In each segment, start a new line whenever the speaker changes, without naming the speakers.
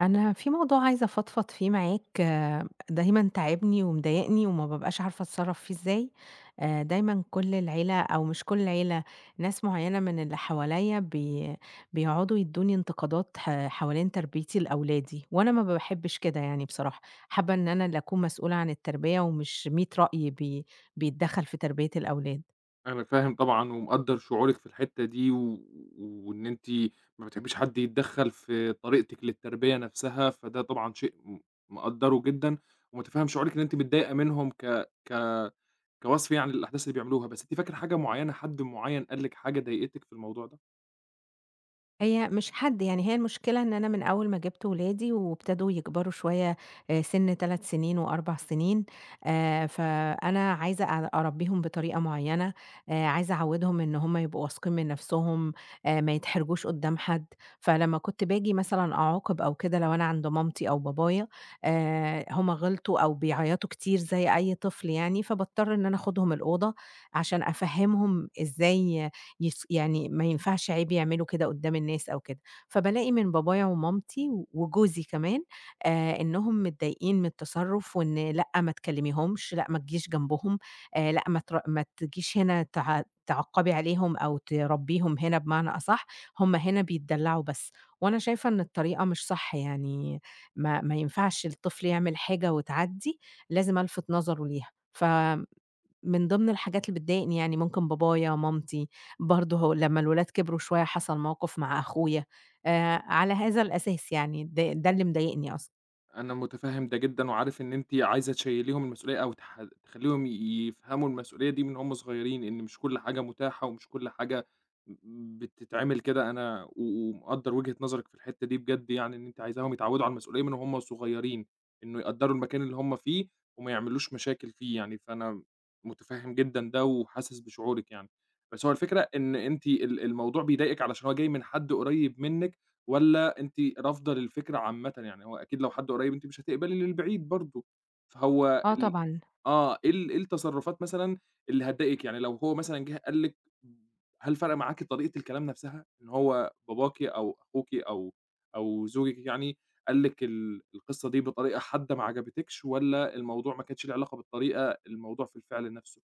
أنا في موضوع عايزة أفضفض فيه معاك دايمًا تاعبني ومضايقني وما بابقاش عارفة أتصرّف فيه إزاي، دايمًا كل العيلة أو مش كل العيلة، ناس معيّنة من اللي حواليّا بيقعدوا يدّوني انتقادات حوالين تربيتي لأولادي، وأنا ما باحبش كده يعني بصراحة، حابة إن أنا اللي أكون مسؤولة عن التربية ومش 100 رأي بيتدخّل في تربية الأولاد.
أنا فاهم طبعًا ومقدّر شعورِك في الحتّة دي، و وإن أنتِ ما بتحبيش حد يتدخّل في طريقتِك للتربية نفسها، فده طبعًا شيء مقدّره جدًا، ومتفهّم شعورِك إن أنتِ متضايقة منهم ك ك كوصف يعني للأحداث اللي بيعملوها، بس أنتِ فاكرة حاجة معيّنة، حد معيّن قال لِك حاجة ضايقتِك في الموضوع ده؟
هي مش حد، يعني هي المشكلة إن أنا من أول ما جِبت ولادي وابتدوا يكبروا شوية سِن 3 سنين و4 سنين، فأنا عايزة أربّيهم بطريقة معيّنة، عايزة أعوّدهم إن هم يبقوا واثقين من نَفْسهم، ما يتحرجوش قُدّام حد، فلمّا كنت باجي مثلًا أعاقب أو كده لو أنا عند مامتي أو بابايا، هم غلطوا أو بيعيّطوا كتير زي أي طفل يعني، فباضطر إن أنا آخُدهم الأوضة عشان أفهّمهم إزاي يعني ما ينفعش عيب يعملوا كده قدّام الناس أو كده، فبالاقي من بابايا ومامتي وجوزي كمان إنهم متضايقين من التصرُّف وإن لأ، ما تكلميهمش، لأ، ما تجيش جنبهم، لأ، ما تجيش هنا تعَقّبي عليهم أو تربّيهم هنا بمعنى أصح، هم هنا بيتدلّعوا بس، وأنا شايفة إن الطريقة مش صح يعني، ما ينفعش الطفل يعمل حاجة وتعدّي، لازم ألفِت نظره ليها. من ضمن الحاجات اللي بتضايقني يعني ممكن بابايا، مامتي، برضه هو لمّا الولاد كبروا شوية حصل موقف مع أخويا، على هذا الأساس يعني، ده اللي مضايقني أصلًا.
أنا متفهم ده جدًا، وعارف إن أنتِ عايزة تشيّليهم المسؤولية أو تخلّيهم يفهموا المسؤولية دي من هُم صغيرين، إن مش كل حاجة متاحة ومش كل حاجة بتتعمل كده، أنا ومقدّر وجهة نظرِك في الحتة دي بجد يعني، إن أنتِ عايزاهم يتعودوا على المسؤولية من وهُم صغيرين، إنه يقدّروا المكان اللي هُم فيه وما يعملوش مشاكل فيه يعني، فأنا متفهم جدًا ده وحاسس بشعورِك يعني. بس هو الفكرة إن أنتِ الموضوع بيضايقِك علشان هو جاي من حد قريب منِّك والّا أنتِ رافضة للفكرة عامةً؟ يعني هو أكيد لو حد قريب أنتِ مش هتقبلي للبعيد برضه، فهو
آه
ال
طبعًا.
آه، إيه التصرفات مثلًا اللي هتضايقِك؟ يعني لو هو مثلًا جه قال لِك هل فرق معاكِ طريقة الكلام نفسها؟ إن هو باباكِ أو أخوكِ أو زوجِك يعني قال لِك القصة دي بطريقة حادة ما عجبتكش، والّا الموضوع ما كانش ليه علاقة بالطريقة، الموضوع في الفعل نفسه؟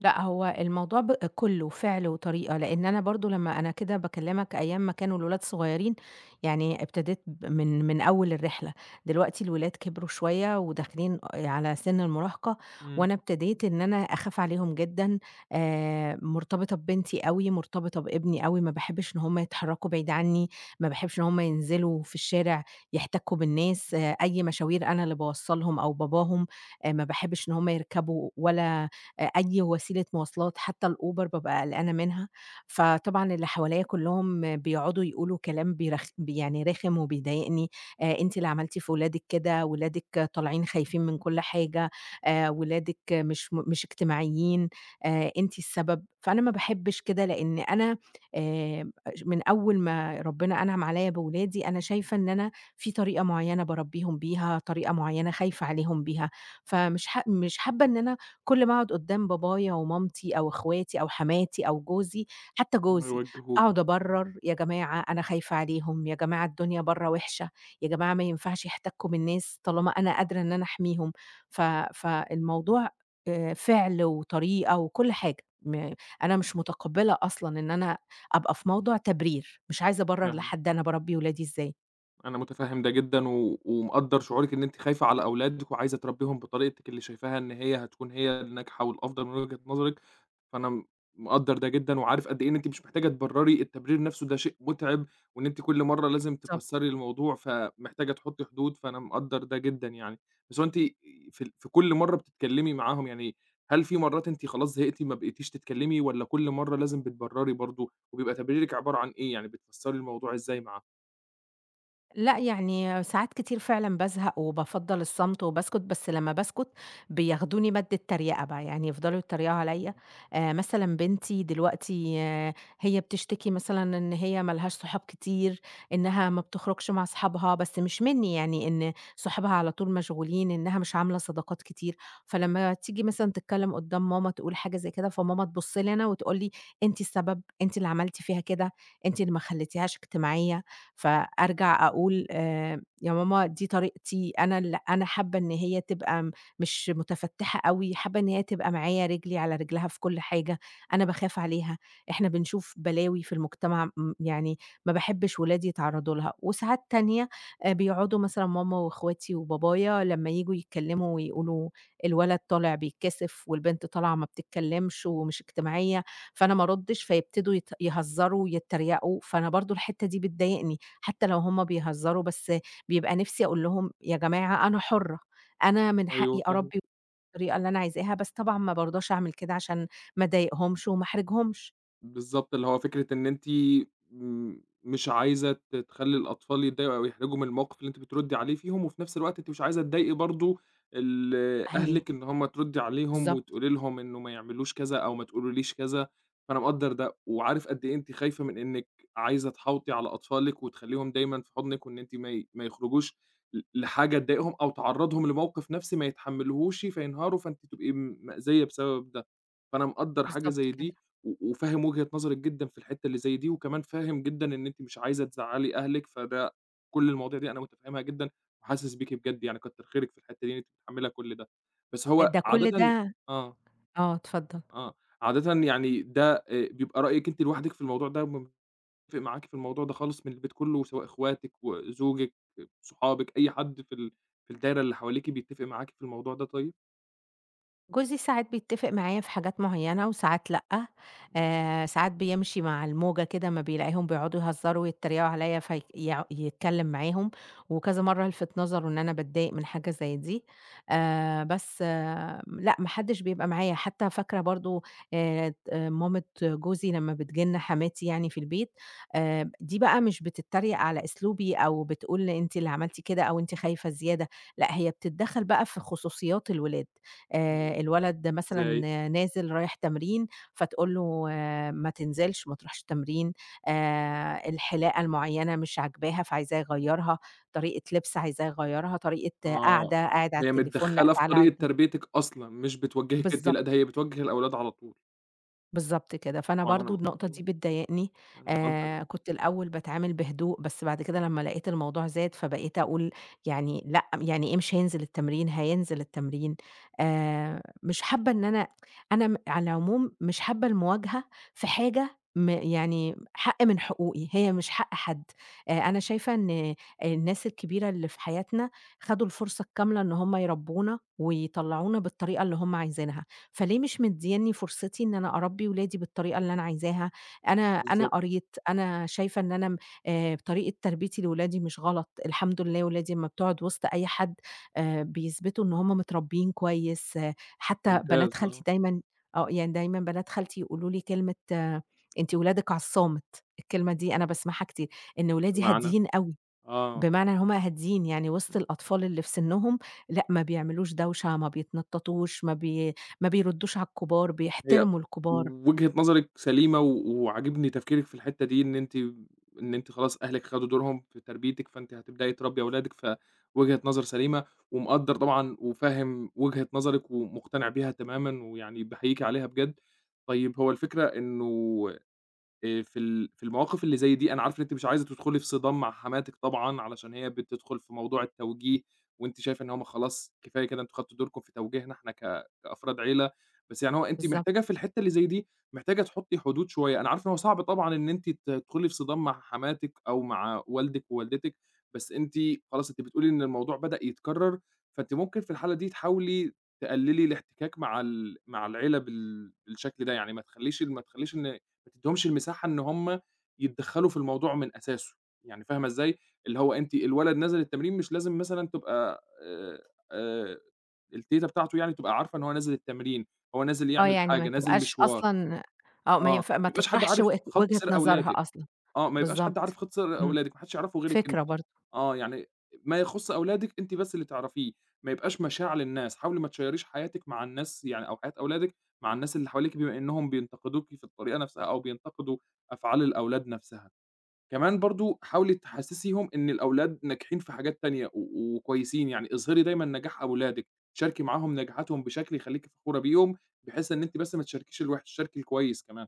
لأ، هو الموضوع كُلّه فِعل وطريقة، لإن أنا برضه لمّا أنا كده باكلّمك أيام ما كانوا الولاد صغيّرين، يعني ابتديت ب من من أول الرحلة، دلوقتي الولاد كبروا شوية وداخلين على سِن المراهقة،
إمم.
وأنا ابتديت إن أنا أخاف عليهم جدًا، مرتبطة ببنتي أوي، مرتبطة بابني أوي، ما باحبّش إن هُم يتحرّكوا بعيد عنّي، ما باحبّش إن هُم ينزلوا في الشارع يحتكّوا بالناس، آه، أي مشاوير أنا اللي باوصّلهم أو باباهم، ما باحبّش إن هُم يركبوا ولا أي وسيلة مواصلات، حتى الأوبر بابقى قلقانة منها، فطبعًا اللي حواليّا كلّهم بيقعدوا يقولوا كلام بيرخ يعني رخم وبيضايقني، أنتِ اللي عملتِ في ولادِك كده، ولادِك طالعين خايفين من كل حاجة، ولادِك مش اجتماعيين، أنتِ السبب، فأنا ما باحبش كده لإن أنا آآ من أول ما ربنا أنعم عليّا بولادي، أنا شايفة إن أنا في طريقة معيّنة باربيهم بيها، طريقة معيّنة خايفة عليهم بيها، فمش ح مش حابة إن أنا كل ما أقعد قدّام بابايا ومامتي أو إخواتي أو حماتي أو جوزي، حتى
هُم
جوزي،
يوجهوكِ.
أقعد أبرّر، يا جماعة أنا خايفة عليهم، يا جماعة الدنيا برّه وِحشة، يا جماعة ما ينفعش يحتكّوا بالناس طالما أنا قادرة إن أنا أحميهم. ف فالموضوع فِعل وطريقة وكل حاجة، أنا مش متقبّلة أصلًا إن أنا أبقى في موضِع تبرير، مش عايزة أبرّر
فاهمِك.
لحد أنا باربّي ولادي إزاي.
أنا متفهم ده جدًا، و ومقدّر شعورِك إن أنتِ خايفة على أولادِك وعايزة تربيهم بطريقتِك اللي شايفاها إن هي هتكون هي الناجحة والأفضل من وجهة نظرِك، فأنا مقدّر ده جدًا، وعارف قد إيه إن أنتِ مش محتاجة تبرّري التبرير نفسه، ده شيء متعب، وإن أنتِ كل مرّة لازم
بالضبط.
تفسّري الموضوع، فمحتاجة تحطّي حدود، فأنا مقدّر ده جدًا يعني. بس هو أنتِ في في كل مرّة بتتكلمي معاهم يعني هل في مرّات أنتِ خلاص زهقتِ ما بقيتيش تتكلمي، والّا كل مرّة لازم بتبرّري برضه، وبيبقى تبريرِك عبارة عن إيه، يعني بتفسّري الموضوع إزاي
لأ، يعني ساعات كتير فعلًا بازهق وبافضّل الصمت وباسكت، بس لمّا باسكت بياخدوني مَدّة تريقة بقى، يعني يفضلوا يتريقوا عليّا.
معاهم؟
مثلًا بنتي دلوقتي هي بتشتكي مثلًا إن هي ما لهاش صحاب كتير، إنها ما بتخرجش مع صحابها، بس مش منّي يعني، إن صحابها على طول مشغولين، إنها مش عاملة صداقات كتير. فلمّا تيجي مثلًا تتكلّم قدّام ماما تقول حاجة زي كده، فماما تبُص لي أنا وتقول لي: "أنتِ السبب، أنتِ اللي عملتِ فيها كده، أنتِ اللي ما خلّيتيهاش اجتماعية." فأرجع أقول يا ماما دي طريقتي، أنا حابة إن هي تبقى مش متفتّحة أوي، حابة إن هي تبقى معايا رجلي على رجلها في كل حاجة، أنا باخاف عليها، إحنا بنشوف بلاوي في المجتمع يعني ما باحبش ولادي يتعرّضوا لها. وساعات تانية بيقعدوا مثلًا ماما واخواتي وبابايا لمّا ييجوا يتكلّموا ويقولوا الولد طالع بيتكسف والبنت طالعة ما بتتكلّمش ومش اجتماعية، فأنا ما أردّش، فيبتدوا يهزّروا ويتّريقوا، فأنا برضه الحتّة دي بتضايقني، حتّى لو هُم بيهزّروا بس بيبقى نِفْسي أقول لهم يا جماعة أنا حُرّة، أنا من
أيوه،
حقّي
فاهمِك.
أربّي بالطريقة اللي أنا عايزاها، بس طبعًا ما بارضاش أعمل كده عشان ما أضايقهمش وما أحرجهمش
بالضبط، اللي هو فكرة إن أنتِ م مش عايزة تخلّي الأطفال يتضايقوا أو يحرجوا من الموقف اللي أنتِ بتردّي عليه فيهم، وفي نفس الوقت أنتِ مش عايزة تضايقي برضه ال
أهلي.
أهلِك إن هُم تردّي عليهم
بالضبط،
وتقولي لهم إنه ما يعملوش كذا أو ما تقولوليش كذا، فأنا مقدّر ده، وعارف قد إيه أنتِ خايفة من إنِّك عايزة تحاوطي على أطفالِك وتخلّيهم دايمًا في حضنِك، وإن أنتِ ما يخرجوش لحاجة تضايقهم أو تعرّضهم لموقف نفسي ما يتحمّلوهوش فينهاروا، فأنتِ تبقي مأذية بسبب ده، فأنا مقدّر حاجة
بالضبط
زي
كده.
دي. و وفاهم وجهة نظرِك جدًا في الحتّة اللي زي دي، وكمان فاهم جدًا إن أنتِ مش عايزة تزعّلي أهلِك، كل المواضيع دي أنا متفهّمها جدًا، وحاسس بيكِ بجد يعني، كتّر خيرِك في الحتّة دي إن أنتِ متحمّلة كل ده. بس هو
ده كل
عادةً،
ده.
آه،
آه، اتفضّل.
آه، عادةً يعني ده بيبقى رأيِك أنتِ لوحدِك في الموضوع ده، متفق معاكِ في الموضوع ده خالص من البيت كلّه، سواء إخواتِك وزوجِك، صحابِك، أي حد في الدايرة اللي حواليكِ بيتّفق معاكِ في الموضوع ده طيب؟
جوزي ساعات بيتفق معايا في حاجات معيّنة وساعات لأ،
إمم.
ساعات بيمشي مع الموجة كده أمّا بيلاقيهم بيقعدوا يهزروا ويتريقوا عليّا في يع يتكلّم معاهم، وكذا مرّة يلفت نظره إن أنا باتضايق من حاجة زي دي، بس لأ ما حدّش بيبقى معايا، حتّى فاكرة برضه ت مامة جوزي لمّا بتيجي لنا حماتي يعني في البيت، دي بقى مش بتتريق على أسلوبي أو بتقول أنتِ اللي عملتِ كده أو أنتِ خايفة زيادة، لأ هي بتتدخّل بقى في خصوصيات الولاد.
إمم.
الولد مثلًا
إزاي؟
نازل رايح تمرين، فتقول له آه، ما تنزلش، ما تروحش التمرين، الحلاقة المعيّنة مش عاجباه فعايزاه يغيّرها، طريقة لبس عايزاه يغيّرها، طريقة
آه،
قعدة، قاعد على
هي
التليفون لأ
متدخّلة في
تعالَ
طريقة
اقعد.
تربيتِك أصلًا، مش بتوجّهِك أنتِ، لأ ده
بالضبط.
هي بتوجّه الأولاد على طول.
بالضبط كده، فأنا
طبعًا أنا
برضه
م
النقطة
إمم.
دي بتضايقني،
أنا مقدّر، آه.
كنت الأول باتعامل بهدوء، بس بعد كده لمّا لقيت الموضوع زاد، فبقيت أقول يعني لأ، يعني إيه مش هينزل التمرين؟ هينزل التمرين. مش حابة إن أنا على العموم مش حابة المواجهة في حاجة يعني حق من حقوقي، هي مش حق حد. أنا شايفة إن الناس الكبيرة اللي في حياتنا خدوا الفرصة الكاملة إن هم يربونا ويطلعونا بالطريقة اللي هم عايزينها. فليه مش مدّياني فرصتي إن أنا أربّي ولادي بالطريقة اللي أنا عايزاها؟ أنا
بالضبط.
قريت، أنا شايفة إن أنا م طريقة تربيتي لولادي مش غلط، الحمد لله ولادي أمّا بتقعد وسط أي حد بيثبتوا إن هم متربيين كويس، آه، حتى
ممتاز،
بنات
آه.
خالتي دايمًا يعني دايمًا بنات خالتي يقولوا لي كلمة أنتِ ولادِك على الصامت، الكلمة دي أنا
إمم.
باسمعها كتير، إن ولادي
بمعنى،
هاديين أوي.
آه.
بمعنى إن هُم هاديين، يعني وسط
إمم.
الأطفال اللي في سِنّهم لأ، ما بيعملوش دوشة، ما بيتنططوش، ما بيردّوش على الكبار،
هي
بيحترموا الكبار،
وجهة نظرِك سليمة و وعاجبني تفكيرِك في الحتّة دي، إن أنتِ خلاص أهلِك خدوا دورهم في تربيتِك، فأنتِ هتبدئي تربّي أولادِك، فوجهة نظر سليمة، ومقدّر طبعًا وفاهم وجهة نظرِك ومقتنع بيها تمامًا، ويعني باحييكِ عليها بجد. طيب هو الفكرة إنه في في المواقف اللي زي دي أنا عارف إن أنتِ مش عايزة تدخلي في صدام مع حماتِك طبعًا، علشان هي بتدخل في موضوع التوجيه، وأنتِ شايفة إن هُم خلاص كفاية كده أنتم خدتوا دوركم في توجيهنا إحنا كأفراد عيلة، بس يعني هو أنتِ محتاجة
بالضبط،
في الحتة اللي زي دي، محتاجة تحطي حدود شوية، أنا عارف إن هو صعب طبعًا إن أنتِ تدخلي في صدام مع حماتِك أو مع والدِك ووالدتِك، بس أنتِ خلاص أنتِ بتقولي إن الموضوع بدأ يتكرر، فأنتِ ممكن في الحالة دي تحاولي تقللي الاحتكاك مع العيلة بالشكل ده، يعني ما تخليش إن ما تدّيهمش المساحة إن هم يتدخّلوا في الموضوع من أساسه، يعني فاهمة إزاي؟ اللي هو أنتِ الولد نازل التمرين مش لازم مثلًا تبقى آآ التيتة بتاعته يعني تبقى عارفة إن هو نازل التمرين، هو نازل
آه،
يعمل
يعني
حاجة،
ما
نازل
تبقاش
مشوار،
أصلًا
آه، ما
ما
يبقاش حد
تطرحش
عارف خط
وجهة
سير
نظرها
أولادِك.
أصلًا،
آه، ما يبقاش حد
بالضبط،
عارف خِط سِر
إمم،
أولادِك، ما حدّش يعرفه غيرِك أنتِ.
فكرة برضه.
آه، يعني ما يخُص أولادِك أنتِ بس اللي تعرفيه، ما يبقاش مشاع للناس، حاولي ما تشيّريش حياتِك مع الناس يعني أو حياة أولادِك مع الناس اللي حواليكِ بما إنّهم بينتقدوكِ في الطريقة نَفْسها أو بينتقدوا أفعال الأولاد نَفْسها. كمان برضه حاولي تحسّسيهم إن الأولاد ناجحين في حاجات تانية و وكويسين، يعني اظهري دايمًا نجاح أولادِك، شاركي معاهم نجاحاتهم بشكل يخلّيكِ فخورة بيهم، بحيث إن أنتِ بس ما تشاركيش الوِحِش، شاركي الكويس كمان.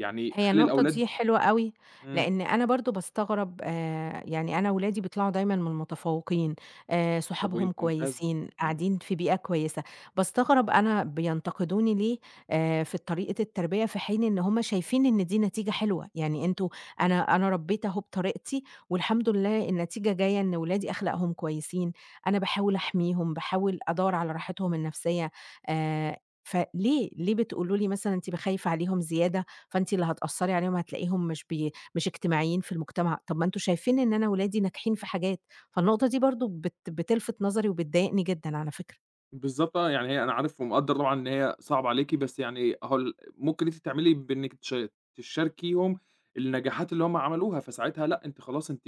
يعني
هي
خلّي
النقطة
الأولاد.
دي حلوة أوي،
إمم.
لإن أنا برضه باستغرب يعني أنا ولادي بيطلعوا دايمًا من المتفوقين،
ده point
صحابهم
ممتازة.
كويسين،
إمم.
قاعدين في بيئة كويسة، باستغرب أنا بينتقدوني ليه في طريقة التربية، في حين إن هم شايفين إن دي نتيجة حلوة، يعني أنتم أنا أنا ربيت أهو بطريقتي والحمد لله النتيجة جاية إن ولادي أخلاقهم كويسين، أنا باحاول أحميهم، باحاول أدوّر على راحتهم النفسية، آآ، ليه بتقولوا لي مثلًا أنتِ خايفة عليهم زيادة؟ فأنتِ اللي هتأثّري عليهم، هتلاقيهم مش اجتماعيين في المجتمع. طب ما أنتم شايفين إن أنا ولادي ناجحين في حاجات، فالنقطة دي برضه بتلفت نظري وبتضايقني جدًا على فكرة.
بالضبط، آه، يعني هي أنا عارف ومقدّر طبعًا إن هي صعبة عليكِ، بس يعني أهو ممكن أنتِ تعملي بإنِّك تشاركيهم النجاحات اللي هم عملوها، فساعتها لأ، أنتِ خلاص أنتِ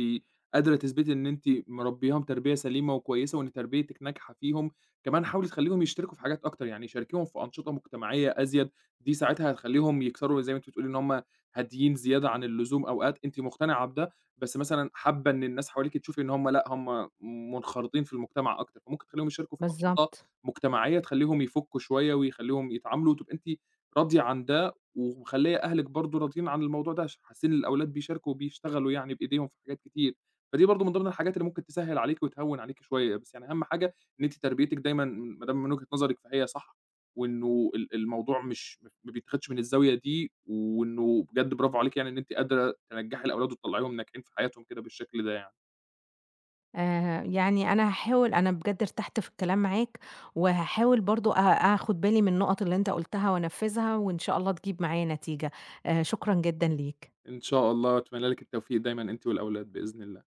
قادرة تثبتي إن أنتِ مربياهم تربية سليمة وكويسة، وإن تربيتِك ناجحة فيهم، كمان حاولي تخلّيهم يشتركوا في حاجات أكتر، يعني شاركيهم في أنشطة مجتمعية أزيد، دي ساعتها هتخلّيهم يكسروا زي ما أنتِ بتقولي إن هم هاديين زيادة عن اللزوم أوقات، أنتِ مقتنعة بده، بس مثلًا حابة إن الناس حواليكِ تشوفي إن هم لأ، هم منخرطين في المجتمع أكتر، فممكن تخلّيهم يشاركوا في أنشطة
بالضبط.
مجتمعية تخلّيهم يفُكّوا شوية ويخلّيهم يتعاملوا، وتبقى أنتِ راضية عن ده ومخلّية أهلِك برضه راضيين عن الموضوع ده، عشان حاسين إن الأولاد بيشاركوا وبيشتغلوا يعني بإيديهم في حاجات كتير، فدي برضه من ضمن الحاجات اللي ممكن تسهّل عليكِ وتهوّن عليكِ شوية، بس يعني أهم حاجة إن أنتِ تربيتِك دايمًا ما دام من وجهة نظرِك فهي صح، وإنه الموضوع مش م ما بيتاخدش من الزاوية دي، وإنه بجد برافو عليكِ يعني إن أنتِ قادرة تنجّحي الأولاد وتطلّعيهم ناجحين في حياتهم كده بالشكل ده يعني.
يعني أنا هاحاول أنا بجد ارتحت في الكلام معاك، وهاحاول برضه آخُد بالي من النقط اللي أنت قُلتها وأنفّذها وإن شاء الله تجيب معايا نتيجة. شكرًا جدًا ليك.
إن شاء الله، وأتمنى لِك التوفيق دايمًا أنتِ والأولاد بإذن الله.